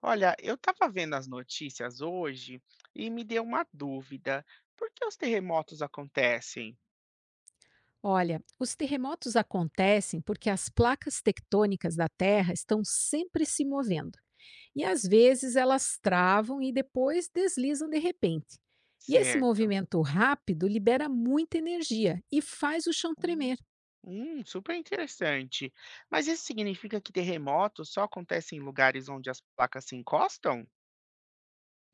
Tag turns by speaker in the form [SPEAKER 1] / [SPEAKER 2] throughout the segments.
[SPEAKER 1] Olha, eu estava vendo as notícias hoje e me deu uma dúvida. Por que os terremotos acontecem?
[SPEAKER 2] Olha, os terremotos acontecem porque as placas tectônicas da Terra estão sempre se movendo. E às vezes elas travam e depois deslizam de repente. E esse
[SPEAKER 1] Certo.
[SPEAKER 2] movimento rápido libera muita energia e faz o chão
[SPEAKER 1] Hum,
[SPEAKER 2] tremer.
[SPEAKER 1] super interessante. Mas isso significa que terremotos só acontecem em lugares onde as placas se encostam?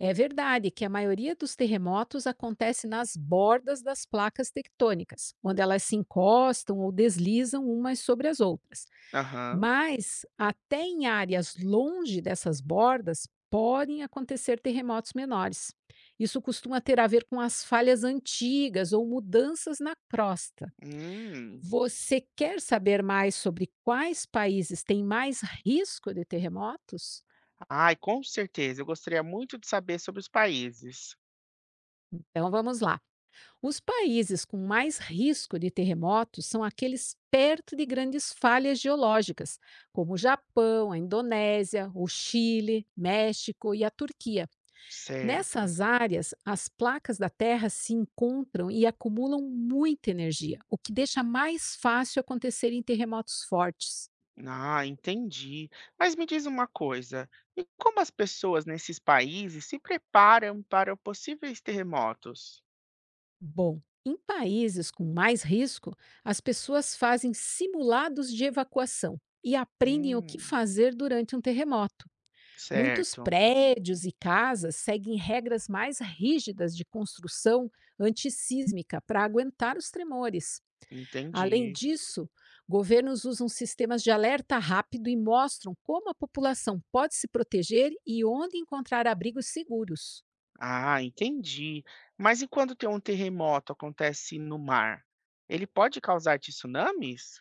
[SPEAKER 2] É verdade que a maioria dos terremotos acontece nas bordas das placas tectônicas, onde elas se encostam ou deslizam umas sobre as outras.
[SPEAKER 1] Aham.
[SPEAKER 2] Mas, até em áreas longe dessas bordas, podem acontecer terremotos menores. Isso costuma ter a ver com as falhas antigas ou mudanças na crosta.
[SPEAKER 1] Hum.
[SPEAKER 2] Você quer saber mais sobre quais países têm mais risco de terremotos?
[SPEAKER 1] Ai, com certeza. Eu gostaria muito de saber sobre os países.
[SPEAKER 2] Então vamos lá. Os países com mais risco de terremotos são aqueles perto de grandes falhas geológicas, como o Japão, a Indonésia, o Chile, México e a Turquia.
[SPEAKER 1] Certo.
[SPEAKER 2] Nessas áreas, as placas da Terra se encontram e acumulam muita energia, o que deixa mais fácil acontecerem terremotos fortes.
[SPEAKER 1] Ah, entendi. Mas me diz uma coisa, e como as pessoas nesses países se preparam para possíveis terremotos?
[SPEAKER 2] Bom, em países com mais risco, as pessoas fazem simulados de evacuação e aprendem o que
[SPEAKER 1] Hum,
[SPEAKER 2] fazer durante um terremoto. Muitos
[SPEAKER 1] certo,
[SPEAKER 2] prédios e casas seguem regras mais rígidas de construção antissísmica para aguentar os tremores. Além
[SPEAKER 1] entendi.
[SPEAKER 2] disso, governos usam sistemas de alerta rápido e mostram como a população pode se proteger e onde encontrar abrigos seguros.
[SPEAKER 1] Ah, entendi. Mas e quando tem um terremoto acontece no mar? Ele pode causar tsunamis?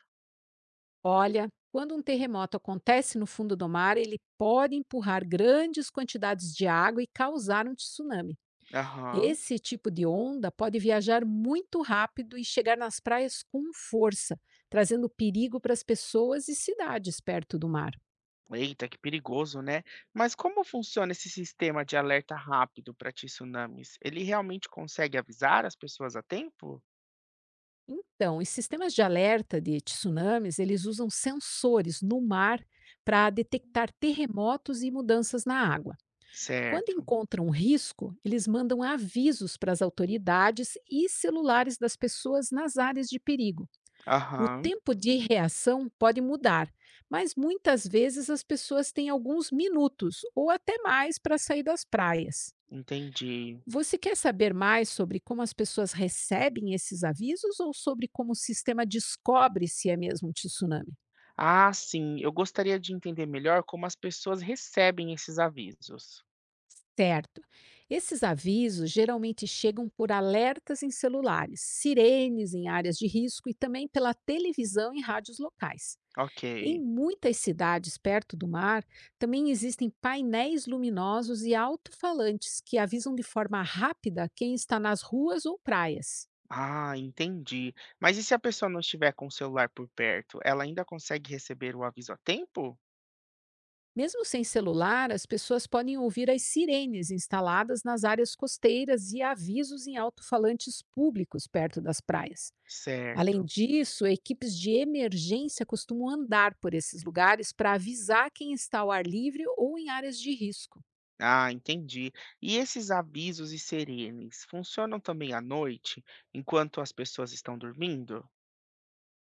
[SPEAKER 2] Olha, quando um terremoto acontece no fundo do mar, ele pode empurrar grandes quantidades de água e causar um tsunami.
[SPEAKER 1] Aham.
[SPEAKER 2] Esse tipo de onda pode viajar muito rápido e chegar nas praias com força, trazendo perigo para as pessoas e cidades perto do mar.
[SPEAKER 1] Eita, que perigoso, né? Mas como funciona esse sistema de alerta rápido para tsunamis? Ele realmente consegue avisar as pessoas a tempo?
[SPEAKER 2] Então, os sistemas de alerta de tsunamis, eles usam sensores no mar para detectar terremotos e mudanças na água. Quando
[SPEAKER 1] Certo.
[SPEAKER 2] encontram risco, eles mandam avisos para as autoridades e celulares das pessoas nas áreas de perigo. O
[SPEAKER 1] Aham.
[SPEAKER 2] tempo de reação pode mudar, mas muitas vezes as pessoas têm alguns minutos ou até mais para sair das praias.
[SPEAKER 1] Entendi.
[SPEAKER 2] Você quer saber mais sobre como as pessoas recebem esses avisos ou sobre como o sistema descobre se é mesmo um tsunami?
[SPEAKER 1] Ah, sim, eu gostaria de entender melhor como as pessoas recebem esses avisos.
[SPEAKER 2] Certo. Esses avisos geralmente chegam por alertas em celulares, sirenes em áreas de risco e também pela televisão e rádios locais.
[SPEAKER 1] Ok.
[SPEAKER 2] Em muitas cidades perto do mar, também existem painéis luminosos e alto-falantes que avisam de forma rápida quem está nas ruas ou praias.
[SPEAKER 1] Ah, entendi. Mas e se a pessoa não estiver com o celular por perto, ela ainda consegue receber o aviso a tempo?
[SPEAKER 2] Mesmo sem celular, as pessoas podem ouvir as sirenes instaladas nas áreas costeiras e avisos em alto-falantes públicos perto das praias. Além
[SPEAKER 1] Certo.
[SPEAKER 2] disso, equipes de emergência costumam andar por esses lugares para avisar quem está ao ar livre ou em áreas de risco.
[SPEAKER 1] Ah, entendi. E esses avisos e sirenes funcionam também à noite, enquanto as pessoas estão dormindo?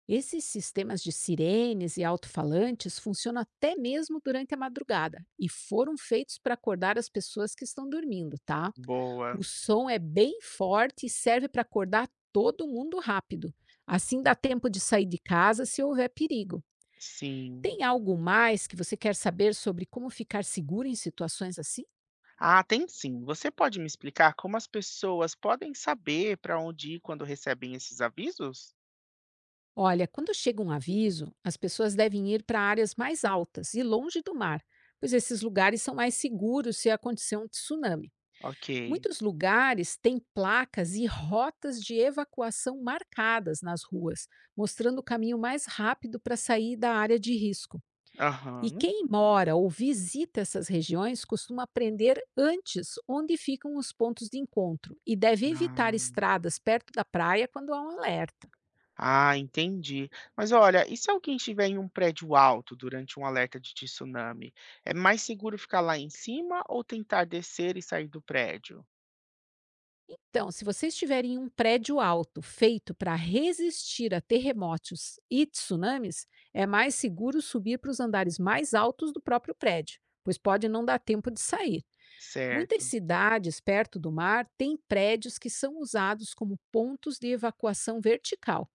[SPEAKER 2] Esses sistemas de sirenes e alto-falantes funcionam até mesmo durante a madrugada e foram feitos para acordar as pessoas que estão dormindo, tá?
[SPEAKER 1] Boa.
[SPEAKER 2] O som é bem forte e serve para acordar todo mundo rápido. Assim dá tempo de sair de casa se houver perigo.
[SPEAKER 1] Sim.
[SPEAKER 2] Tem algo mais que você quer saber sobre como ficar seguro em situações assim?
[SPEAKER 1] Ah, tem sim. Você pode me explicar como as pessoas podem saber para onde ir quando recebem esses avisos?
[SPEAKER 2] Olha, quando chega um aviso, as pessoas devem ir para áreas mais altas e longe do mar, pois esses lugares são mais seguros se acontecer um tsunami.
[SPEAKER 1] Ok.
[SPEAKER 2] Muitos lugares têm placas e rotas de evacuação marcadas nas ruas, mostrando o caminho mais rápido para sair da área de risco. E
[SPEAKER 1] Aham.
[SPEAKER 2] quem mora ou visita essas regiões costuma aprender antes onde ficam os pontos de encontro e deve evitar
[SPEAKER 1] Ah,
[SPEAKER 2] estradas perto da praia quando há um alerta.
[SPEAKER 1] ah, entendi. Mas olha, e se alguém estiver em um prédio alto durante um alerta de tsunami? É mais seguro ficar lá em cima ou tentar descer e sair do prédio?
[SPEAKER 2] Então, se você estiver em um prédio alto feito para resistir a terremotos e tsunamis, é mais seguro subir para os andares mais altos do próprio prédio, pois pode não dar tempo de sair. Muitas
[SPEAKER 1] Certo.
[SPEAKER 2] cidades perto do mar têm prédios que são usados como pontos de evacuação vertical.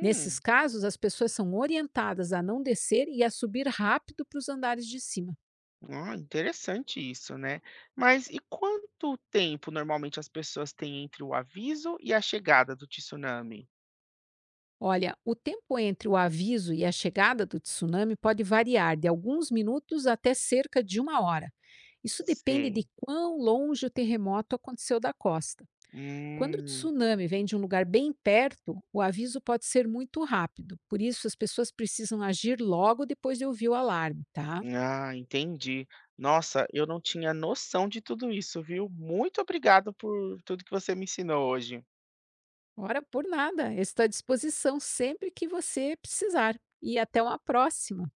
[SPEAKER 2] Nesses casos, as pessoas são orientadas a não descer e a subir rápido para os andares de cima.
[SPEAKER 1] ah, interessante isso, né? Mas e quanto tempo normalmente as pessoas têm entre o aviso e a chegada do tsunami?
[SPEAKER 2] Olha, o tempo entre o aviso e a chegada do tsunami pode variar de alguns minutos até cerca de uma hora. Isso depende de
[SPEAKER 1] Sei.
[SPEAKER 2] quão longe o terremoto aconteceu da costa. Quando o
[SPEAKER 1] Hum.
[SPEAKER 2] tsunami vem de um lugar bem perto, o aviso pode ser muito rápido. Por isso, as pessoas precisam agir logo depois de ouvir o alarme, tá?
[SPEAKER 1] Ah, entendi. Nossa, eu não tinha noção de tudo isso, viu? Muito obrigado por tudo que você me ensinou hoje.
[SPEAKER 2] Ora, por nada. Estou à disposição sempre que você precisar. E até uma próxima.